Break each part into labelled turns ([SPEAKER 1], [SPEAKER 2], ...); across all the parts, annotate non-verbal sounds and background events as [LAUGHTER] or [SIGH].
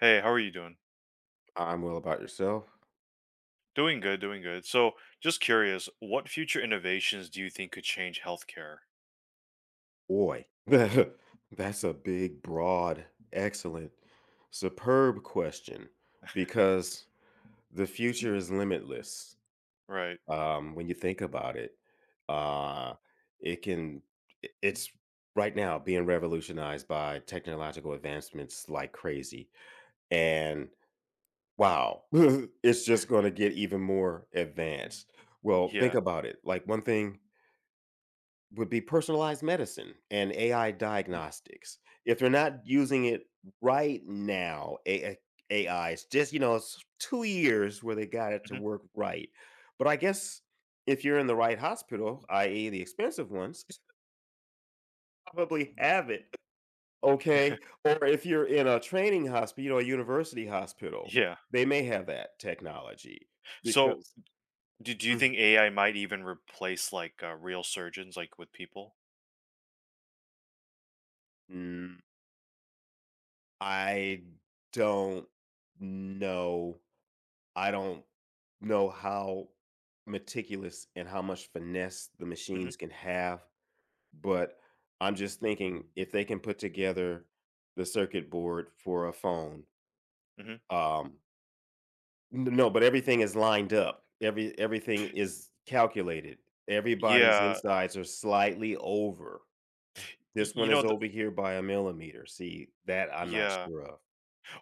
[SPEAKER 1] Hey, how are you doing?
[SPEAKER 2] I'm well. About yourself?
[SPEAKER 1] Doing good. So, just curious, what future innovations do you think could change healthcare?
[SPEAKER 2] Boy, [LAUGHS] that's a big, broad, excellent, superb question because the future is limitless.
[SPEAKER 1] Right.
[SPEAKER 2] When you think about it, uh, it can, it's right now being revolutionized by technological advancements like crazy. And wow, [LAUGHS] it's just going to get even more advanced. Well, think
[SPEAKER 1] Yeah.
[SPEAKER 2] about it. Like, one thing would be personalized medicine and AI
[SPEAKER 1] Mhm,
[SPEAKER 2] diagnostics. If they're not using it right now, AI, it's just, it's 2 years where they got it to
[SPEAKER 1] mhm.
[SPEAKER 2] work right. But I guess if you're in the right hospital, i.e., the expensive ones, [LAUGHS] probably have it. Okay.
[SPEAKER 1] [LAUGHS]
[SPEAKER 2] Or if you're in a training hospital, you know, a university hospital,
[SPEAKER 1] Yeah.
[SPEAKER 2] they may have that technology
[SPEAKER 1] So,
[SPEAKER 2] because
[SPEAKER 1] do you
[SPEAKER 2] Mhm.
[SPEAKER 1] think AI might even replace like real surgeons, like with people?
[SPEAKER 2] Mm, I don't know I don't know how meticulous and how much finesse the
[SPEAKER 1] Hmm.
[SPEAKER 2] machines can have, but I'm just thinking if they can put together the circuit board for a phone,
[SPEAKER 1] Hmm.
[SPEAKER 2] um, no, but everything is lined up. Everything is calculated. Everybody's
[SPEAKER 1] Yeah.
[SPEAKER 2] insides are slightly over. This
[SPEAKER 1] You
[SPEAKER 2] one
[SPEAKER 1] know,
[SPEAKER 2] is over here by a millimeter. See, that I'm not
[SPEAKER 1] yeah.
[SPEAKER 2] sure of.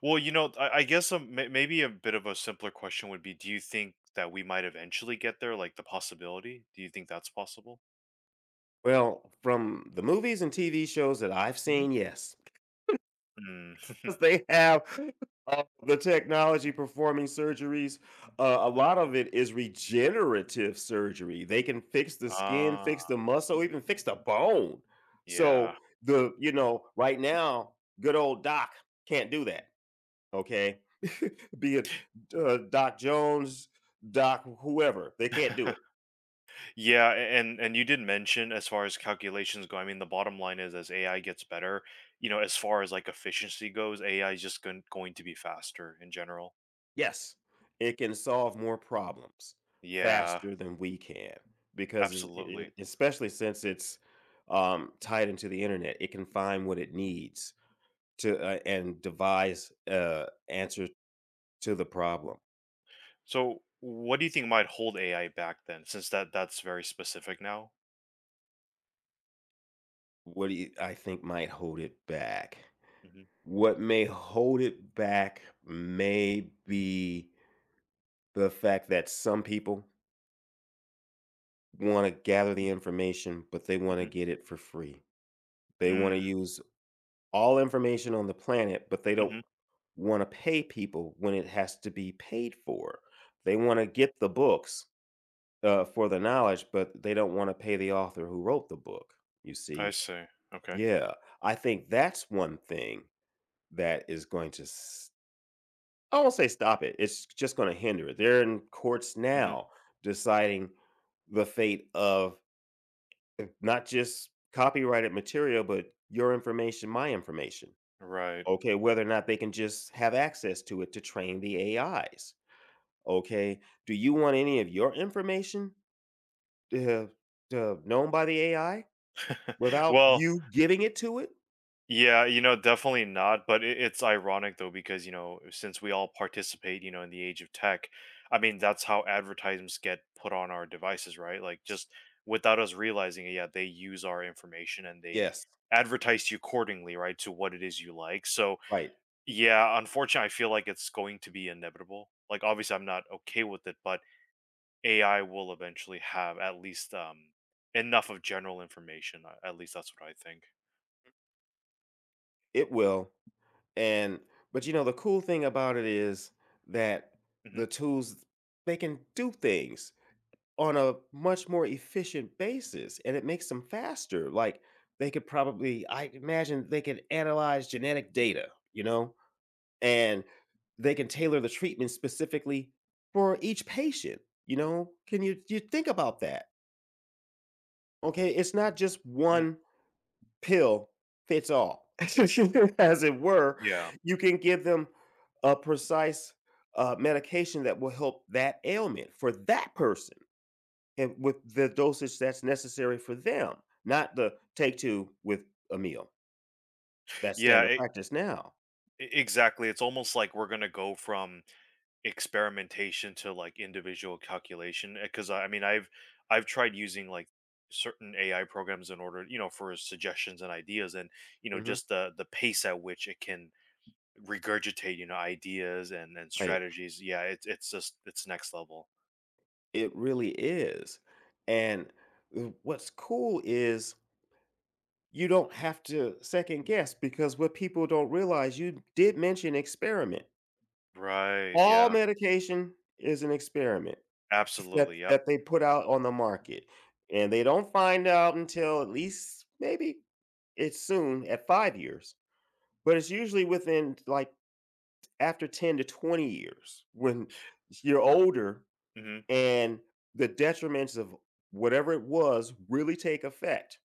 [SPEAKER 1] Well, you know, I guess maybe a bit of a simpler question would be, do you think that we might eventually get there? Like the possibility? Do you think that's possible?
[SPEAKER 2] Well, from the movies and TV shows that I've
[SPEAKER 1] Hmm.
[SPEAKER 2] seen, yes,
[SPEAKER 1] [LAUGHS]
[SPEAKER 2] because they have the technology performing surgeries. A lot of it is regenerative surgery. They can fix the skin,
[SPEAKER 1] Ah,
[SPEAKER 2] fix the muscle, even fix the bone.
[SPEAKER 1] yeah.
[SPEAKER 2] So the you know right now, good old Doc can't do that. Okay, be it Doc Jones, Doc whoever, they can't do it.
[SPEAKER 1] [LAUGHS] Yeah, and you did mention as far as calculations go. I mean, the bottom line is as AI gets better, you know, as far as like efficiency goes, AI is just going to be faster in general.
[SPEAKER 2] Yes, it can solve more problems
[SPEAKER 1] Yeah,
[SPEAKER 2] faster than we can because,
[SPEAKER 1] absolutely.
[SPEAKER 2] especially since it's tied into the internet, it can find what it needs to and devise answer to the problem.
[SPEAKER 1] So, what do you think might hold AI back then, since that's very specific now?
[SPEAKER 2] What do you, I think might hold it back?
[SPEAKER 1] Mm-hmm.
[SPEAKER 2] What may hold it back may be the fact that some people want to gather the information, but they want
[SPEAKER 1] Mm-hmm.
[SPEAKER 2] to get it for free. They want
[SPEAKER 1] Mm-hmm.
[SPEAKER 2] to use all information on the planet, but they don't
[SPEAKER 1] Mm-hmm.
[SPEAKER 2] want to pay people when it has to be paid for. They want to get the books for the knowledge, but they don't want to pay the author who wrote the book. You
[SPEAKER 1] I
[SPEAKER 2] see,
[SPEAKER 1] see. Okay.
[SPEAKER 2] yeah, I think that's one thing that is I won't say stop it. It's just going to hinder it. They're in courts
[SPEAKER 1] Mm-hmm.
[SPEAKER 2] now deciding the fate of not just copyrighted material, but your information, my information.
[SPEAKER 1] Right.
[SPEAKER 2] Okay, whether or not they can just have access to it to train the AIs. Okay, do you want any of your information to have, to have known by the AI
[SPEAKER 1] [LAUGHS]
[SPEAKER 2] without
[SPEAKER 1] Well,
[SPEAKER 2] you giving it to it?
[SPEAKER 1] yeah, you know, definitely not. But it's ironic though, because you know, since we all participate, you know, in the age of tech, I mean, that's how advertisements get put on our devices, right? Like just without us realizing it, yeah, they use our information and they
[SPEAKER 2] Yes,
[SPEAKER 1] advertise you accordingly, right, to what it is you like. So
[SPEAKER 2] right.
[SPEAKER 1] yeah, unfortunately, I feel like it's going to be inevitable. Like obviously, I'm not okay with it, but AI will eventually have at least enough of general information. At least that's what I think.
[SPEAKER 2] It will. And but you know the cool thing about it is that
[SPEAKER 1] Hmm.
[SPEAKER 2] the tools they can do things on a much more efficient basis and it makes them faster. Like they could probably I imagine they could analyze genetic data, you know, and they can tailor the treatment specifically for each patient. You know, can you think about that? Okay, it's not just
[SPEAKER 1] Hmm.
[SPEAKER 2] one pill fits all, [LAUGHS] as it were.
[SPEAKER 1] Yeah.
[SPEAKER 2] You can give them a precise medication that will help that ailment for that person, and with the dosage that's necessary for them, not the take two with a meal. That's standard
[SPEAKER 1] Yeah,
[SPEAKER 2] practice now.
[SPEAKER 1] Exactly. It's almost like we're gonna go from experimentation to like individual calculation. Because I mean, I've tried using like certain AI programs in order, you know, for suggestions and ideas, and you know,
[SPEAKER 2] Hmm.
[SPEAKER 1] just the pace at which it can regurgitate, you know, ideas and
[SPEAKER 2] Right.
[SPEAKER 1] strategies. Yeah, it's just it's next level.
[SPEAKER 2] It really is. And what's cool is you don't have to second guess because what people don't realize, you did mention experiment.
[SPEAKER 1] Right.
[SPEAKER 2] All
[SPEAKER 1] Yeah.
[SPEAKER 2] medication is an experiment
[SPEAKER 1] Absolutely. Yep.
[SPEAKER 2] that they put out on the market, and they don't find out until at least maybe it's soon at 5 years, but it's usually within, like, after 10 to 20 years when you're older
[SPEAKER 1] Hmm.
[SPEAKER 2] and the detriments of whatever it was really take effect.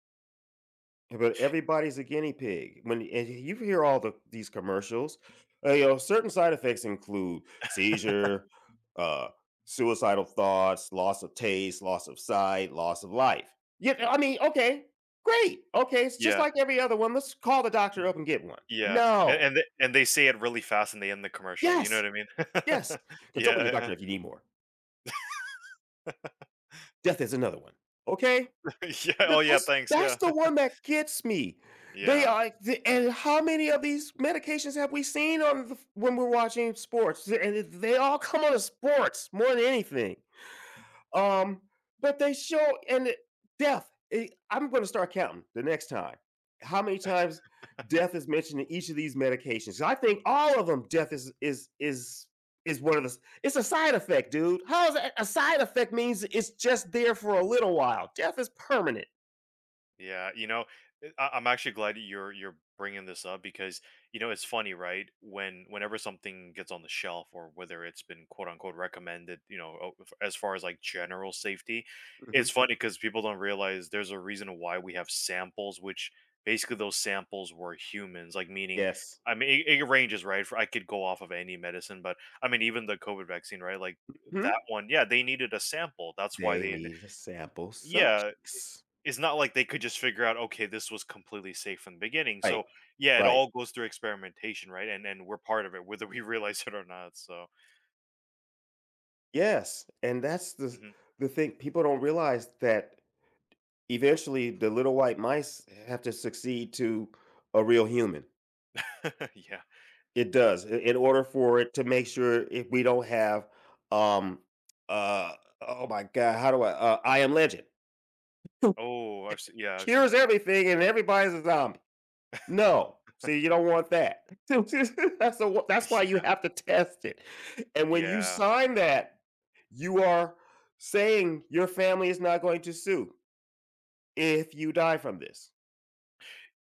[SPEAKER 2] But everybody's a guinea pig. When and you hear all the these commercials, you know certain side effects include seizure, uh, suicidal thoughts, loss of taste, loss of sight, loss of life. Yeah, I mean, okay, great, okay, it's just
[SPEAKER 1] Yeah.
[SPEAKER 2] like every other one. Let's call the doctor up and get one.
[SPEAKER 1] Yeah. And
[SPEAKER 2] No,
[SPEAKER 1] and they, and they say it really fast, and they end the commercial. You know what
[SPEAKER 2] yes,
[SPEAKER 1] I
[SPEAKER 2] yes,
[SPEAKER 1] mean? [LAUGHS]
[SPEAKER 2] consult with your
[SPEAKER 1] Yeah.
[SPEAKER 2] doctor if you need more.
[SPEAKER 1] Yeah.
[SPEAKER 2] Death is another one. Okay.
[SPEAKER 1] [LAUGHS] Yeah. Oh, yeah. Thanks.
[SPEAKER 2] That's
[SPEAKER 1] Yeah.
[SPEAKER 2] the
[SPEAKER 1] [LAUGHS]
[SPEAKER 2] one that gets me. They
[SPEAKER 1] Yeah.
[SPEAKER 2] are the and how many of these medications have we seen on the, when we're watching sports? And they all come on to sports more than anything. Um, but they show death. I'm going to start counting the next time. How many times death is mentioned in each of these medications? I think all of them. Death is is one of It's a side effect, dude. How is that a side effect? Means it's just there for a little while. Death is permanent.
[SPEAKER 1] Yeah. You know, I'm actually glad you're bringing this up because you know it's funny, right? When whenever something gets on the shelf or whether it's been quote unquote recommended, you know, as far as like general safety, it's
[SPEAKER 2] Mhm.
[SPEAKER 1] funny because people don't realize there's a reason why we have samples, which basically those samples were humans, like meaning.
[SPEAKER 2] Yes.
[SPEAKER 1] I mean, it ranges, right? For I could go off of any medicine, but I mean, even the COVID vaccine, right? Like that
[SPEAKER 2] Mhm.
[SPEAKER 1] one, yeah, they needed a sample. That's why
[SPEAKER 2] They
[SPEAKER 1] they
[SPEAKER 2] need to sample
[SPEAKER 1] yeah,
[SPEAKER 2] subjects.
[SPEAKER 1] it's not like they could just figure out, okay, this was completely safe from the beginning. So
[SPEAKER 2] Right,
[SPEAKER 1] yeah, it
[SPEAKER 2] right.
[SPEAKER 1] all goes through experimentation, right? And we're part of it, whether we [LAUGHS] realize it or not. So
[SPEAKER 2] Yes, and that's
[SPEAKER 1] mhm.
[SPEAKER 2] the thing, people don't realize that eventually the little white mice have to succeed to a real human.
[SPEAKER 1] [LAUGHS] Yeah.
[SPEAKER 2] It does. I in order for it to make sure if we don't have, um, uh, oh my god, how do I Am Legend. [LAUGHS]
[SPEAKER 1] Oh, yeah, I've seen
[SPEAKER 2] Cures
[SPEAKER 1] that movie.
[SPEAKER 2] everything and everybody's a zombie. No. See, you don't want that. [LAUGHS] That's
[SPEAKER 1] [LAUGHS]
[SPEAKER 2] why you
[SPEAKER 1] Yeah,
[SPEAKER 2] have to test it, and when you
[SPEAKER 1] yeah,
[SPEAKER 2] sign that, you are saying your family is not going to sue if you die from this.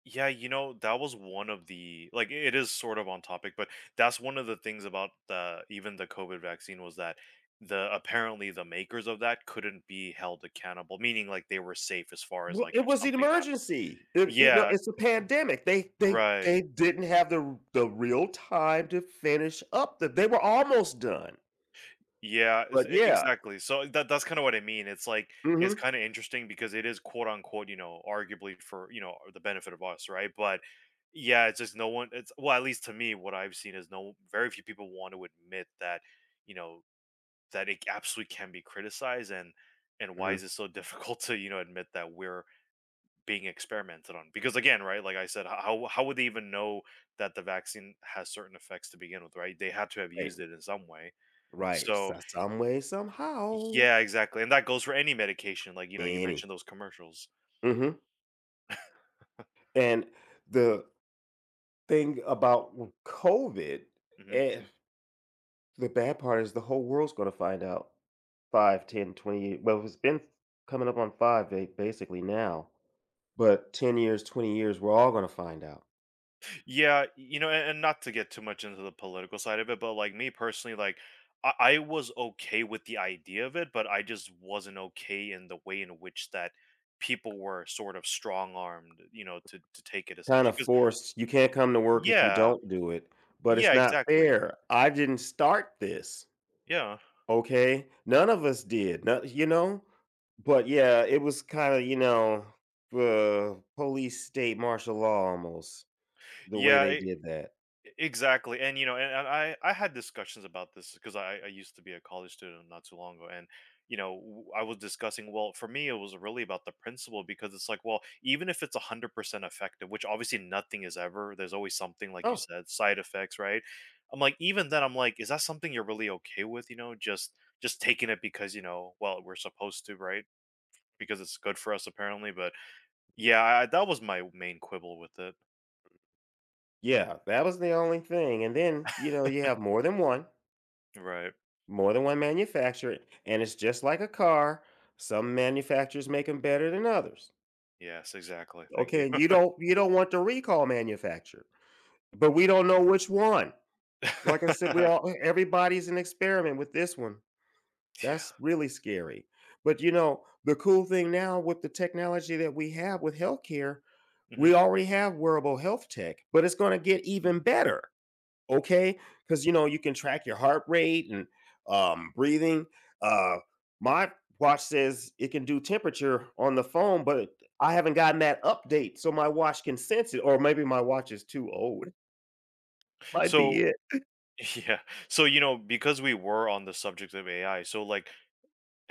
[SPEAKER 1] yeah. You know, that was one of the like it is sort of on topic, but that's one of the things about the even the COVID vaccine was that the apparently the makers of that couldn't be held accountable, meaning like they were safe as far as
[SPEAKER 2] Well,
[SPEAKER 1] like
[SPEAKER 2] it
[SPEAKER 1] if
[SPEAKER 2] was an
[SPEAKER 1] something happened.
[SPEAKER 2] emergency. It you know,
[SPEAKER 1] Yeah,
[SPEAKER 2] it's a pandemic.
[SPEAKER 1] right.
[SPEAKER 2] They didn't have the real time to finish up the they were almost done,
[SPEAKER 1] Yeah, it's
[SPEAKER 2] but
[SPEAKER 1] e
[SPEAKER 2] yeah.
[SPEAKER 1] exactly. So that's kinda what I mean. It's like it's
[SPEAKER 2] Mhm.
[SPEAKER 1] kinda interesting because it is quote unquote, you know, arguably for, you know, the benefit of us, right? But yeah, it's just no one it's well, at least to me, what I've seen is no very few people want to admit that, you know, that it absolutely can be criticized and why is
[SPEAKER 2] Mhm.
[SPEAKER 1] it so [LAUGHS] difficult to, you know, admit that we're being experimented on? Because again, right, like I said, h how would they even know that the vaccine has certain effects to begin with, right? They had to have
[SPEAKER 2] Right.
[SPEAKER 1] used it in some way.
[SPEAKER 2] Right.
[SPEAKER 1] So
[SPEAKER 2] So some way, somehow.
[SPEAKER 1] yeah, exactly, and that goes for any medication, like, you know, you
[SPEAKER 2] Any.
[SPEAKER 1] mentioned those commercials.
[SPEAKER 2] Mhm. And the thing about COVID,
[SPEAKER 1] Mhm.
[SPEAKER 2] and the bad part is the whole world's going to find out. Five, ten, 20 years. Well, it's been coming up on five basically now, but 10 years, 20 years, we're all going to find out.
[SPEAKER 1] Yeah, you know, and not to get too much into the political side of it, but, like, me personally, like, I was okay with the idea of it, but I just wasn't okay in the way in which that people were sort of strong-armed, you know, to take it
[SPEAKER 2] Kind
[SPEAKER 1] essentially.
[SPEAKER 2] of
[SPEAKER 1] Because
[SPEAKER 2] forced. You can't come to work if you
[SPEAKER 1] yeah.
[SPEAKER 2] don't do it, but it's
[SPEAKER 1] Yeah,
[SPEAKER 2] not
[SPEAKER 1] exactly.
[SPEAKER 2] fair. I didn't start this.
[SPEAKER 1] Yeah.
[SPEAKER 2] Okay. None of us did. No, you know? But yeah, it was kind of, you know, police state martial law almost the way they
[SPEAKER 1] Yeah,
[SPEAKER 2] did that.
[SPEAKER 1] Exactly, and you know, and I had discussions about this because I used to be a college student not too long ago, and you know I was discussing. Well, for me, it was really about the principle because it's like, well, even if it's 100% effective, which obviously nothing is ever. There's always something, like you
[SPEAKER 2] Oh,
[SPEAKER 1] said, side effects, right? I'm like, even then, I'm like, is that something you're really okay with? You know, just taking it because you know, well, we're supposed to, right? Because it's good for us apparently. But yeah, that was my main quibble with it.
[SPEAKER 2] yeah, that was the only thing, and then, you know, you have
[SPEAKER 1] Right.
[SPEAKER 2] more than one manufacturer, and it's just like a car, some manufacturers make them better than others,
[SPEAKER 1] Yes. Exactly. Thank you.
[SPEAKER 2] okay, and you don't want the recall manufacturer, but we don't know which one. So, like I said, we're
[SPEAKER 1] [LAUGHS]
[SPEAKER 2] all everybody's an experiment with this one.
[SPEAKER 1] Yeah.
[SPEAKER 2] That's really scary, but, you know, the cool thing now with the technology that we have with healthcare,
[SPEAKER 1] Mhm.
[SPEAKER 2] we already have wearable health tech, but it's gonna get even better. Okay, because you know you can track your heart rate and breathing. uh, my watch says it can do temperature on the phone, but I haven't gotten that update, so my watch can sense it, or maybe my watch is too old. [LAUGHS] Might be
[SPEAKER 1] So
[SPEAKER 2] it.
[SPEAKER 1] [LAUGHS] yeah. So, you know, because we were on the subject of AI, so like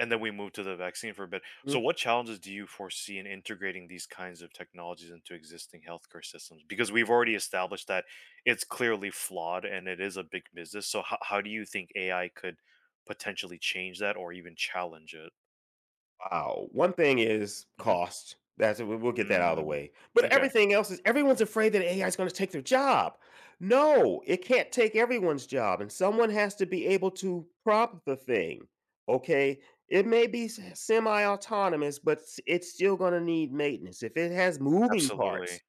[SPEAKER 1] and then we moved to the vaccine for a bit. So
[SPEAKER 2] Mm.
[SPEAKER 1] what challenges do you foresee in integrating these kinds of technologies into existing healthcare systems? Because we've already established that it's clearly flawed and it is a big business. So how do you think AI could potentially change that or even challenge it?
[SPEAKER 2] Wow. One thing is
[SPEAKER 1] Hmm.
[SPEAKER 2] cost. That's we'll get that out of the
[SPEAKER 1] Mm,
[SPEAKER 2] way. But
[SPEAKER 1] okay.
[SPEAKER 2] everything else is everyone's afraid that AI is going to take their job. No, it can't take everyone's job, and someone has to be able to prop the thing. Okay, it may be semi-autonomous, but it's still going to need maintenance. If it has moving
[SPEAKER 1] Absolutely.
[SPEAKER 2] parts,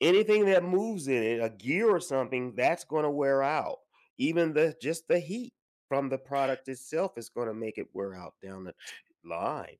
[SPEAKER 2] anything that moves in it, a gear or something, that's going to wear out. Even the Just the heat from the product itself is going to make it wear out down line.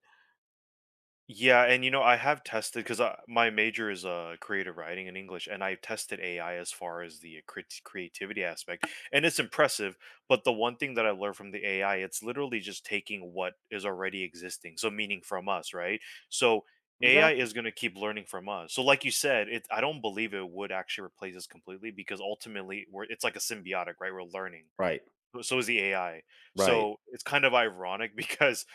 [SPEAKER 1] Yeah, and you know, I have tested because my major is creative writing in English, and I've tested AI as far as the creativity aspect, and it's impressive. But the one thing that I learned from the AI, it's literally just taking what is already existing, so meaning from us, right? So AI
[SPEAKER 2] Exactly.
[SPEAKER 1] is going to keep learning from us. So, like you said, it I don't believe it would actually replace us completely because ultimately, we're it's like a symbiotic, right? We're learning.
[SPEAKER 2] Right,
[SPEAKER 1] So so is the AI.
[SPEAKER 2] right,
[SPEAKER 1] So it's kind of ironic [LAUGHS] because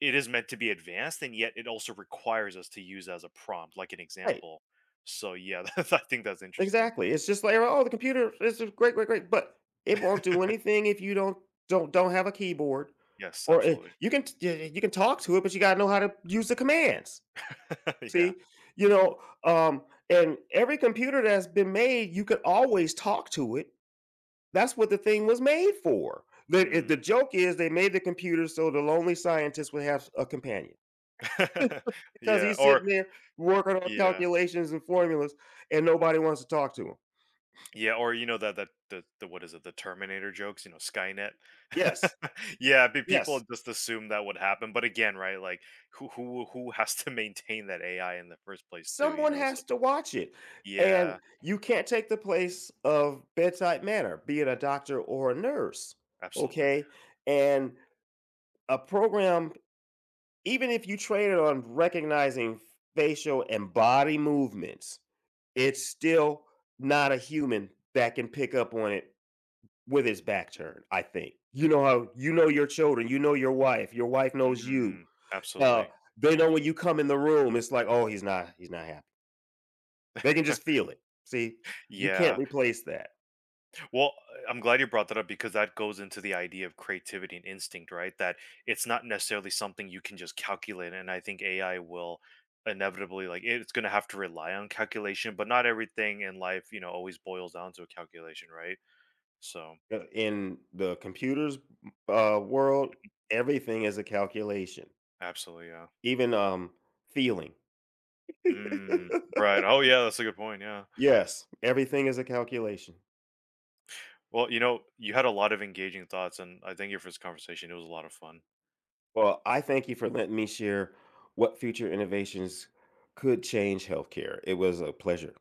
[SPEAKER 1] it is meant to be advanced and yet it also requires us to use as a prompt like an
[SPEAKER 2] right.
[SPEAKER 1] example. So yeah, [LAUGHS] I think that's interesting.
[SPEAKER 2] Exactly. It's just like, "Oh, the computer is great, great, great," but it won't do anything if you don't have a keyboard
[SPEAKER 1] Yes,
[SPEAKER 2] or I
[SPEAKER 1] absolutely.
[SPEAKER 2] you can talk to it, but you gotta know how to use the commands.
[SPEAKER 1] [LAUGHS] Yeah.
[SPEAKER 2] See? You know, and every computer that's been made, you could always talk to it. That's what the thing was made for.
[SPEAKER 1] Mm.
[SPEAKER 2] The joke is they made the computer so the lonely scientist would have a companion
[SPEAKER 1] [LAUGHS]
[SPEAKER 2] because
[SPEAKER 1] Yeah
[SPEAKER 2] he's
[SPEAKER 1] or
[SPEAKER 2] sitting there working on
[SPEAKER 1] yeah.
[SPEAKER 2] calculations and formulas, and nobody wants to talk to him.
[SPEAKER 1] Yeah or you know that the what is it, the Terminator jokes, you know, Skynet.
[SPEAKER 2] Yes,
[SPEAKER 1] [LAUGHS] Yeah, people
[SPEAKER 2] yes.
[SPEAKER 1] just assume that would happen. But again, right, like who has to [LAUGHS] maintain that AI in the first place too, you
[SPEAKER 2] Someone
[SPEAKER 1] know? So
[SPEAKER 2] has to watch it. And
[SPEAKER 1] yeah,
[SPEAKER 2] you can't take the place of bedside manner, be it a doctor or a nurse.
[SPEAKER 1] absolutely.
[SPEAKER 2] Okay. And a program, even if you train it on recognizing facial and body movements, it's still not a human that can pick up on it with his back turned, I think. You know how you know your children, you know your wife knows you.
[SPEAKER 1] Mm,
[SPEAKER 2] Uh,
[SPEAKER 1] absolutely.
[SPEAKER 2] they know when you come in the room, it's like, oh, he's not happy. They can just feel it. See, you can't
[SPEAKER 1] Yeah.
[SPEAKER 2] replace that.
[SPEAKER 1] Well, I'm glad you brought that up because that goes into the idea of creativity and instinct, right? That it's not necessarily something you can just calculate. And I think AI will inevitably, like, it's going to have to rely on calculation, but not everything in life, you know, always boils down to a calculation, right? So,
[SPEAKER 2] In the computers world, everything is a calculation,
[SPEAKER 1] absolutely, yeah.
[SPEAKER 2] even feeling.
[SPEAKER 1] Mm,
[SPEAKER 2] [LAUGHS]
[SPEAKER 1] right. Oh, yeah, that's a good point. Yeah.
[SPEAKER 2] Yes, everything is a calculation.
[SPEAKER 1] Well, you know, you had a lot of engaging thoughts, and I thank you for this conversation. It was a lot of fun.
[SPEAKER 2] Well, I thank you for letting me share what future innovations could change healthcare. It was a pleasure.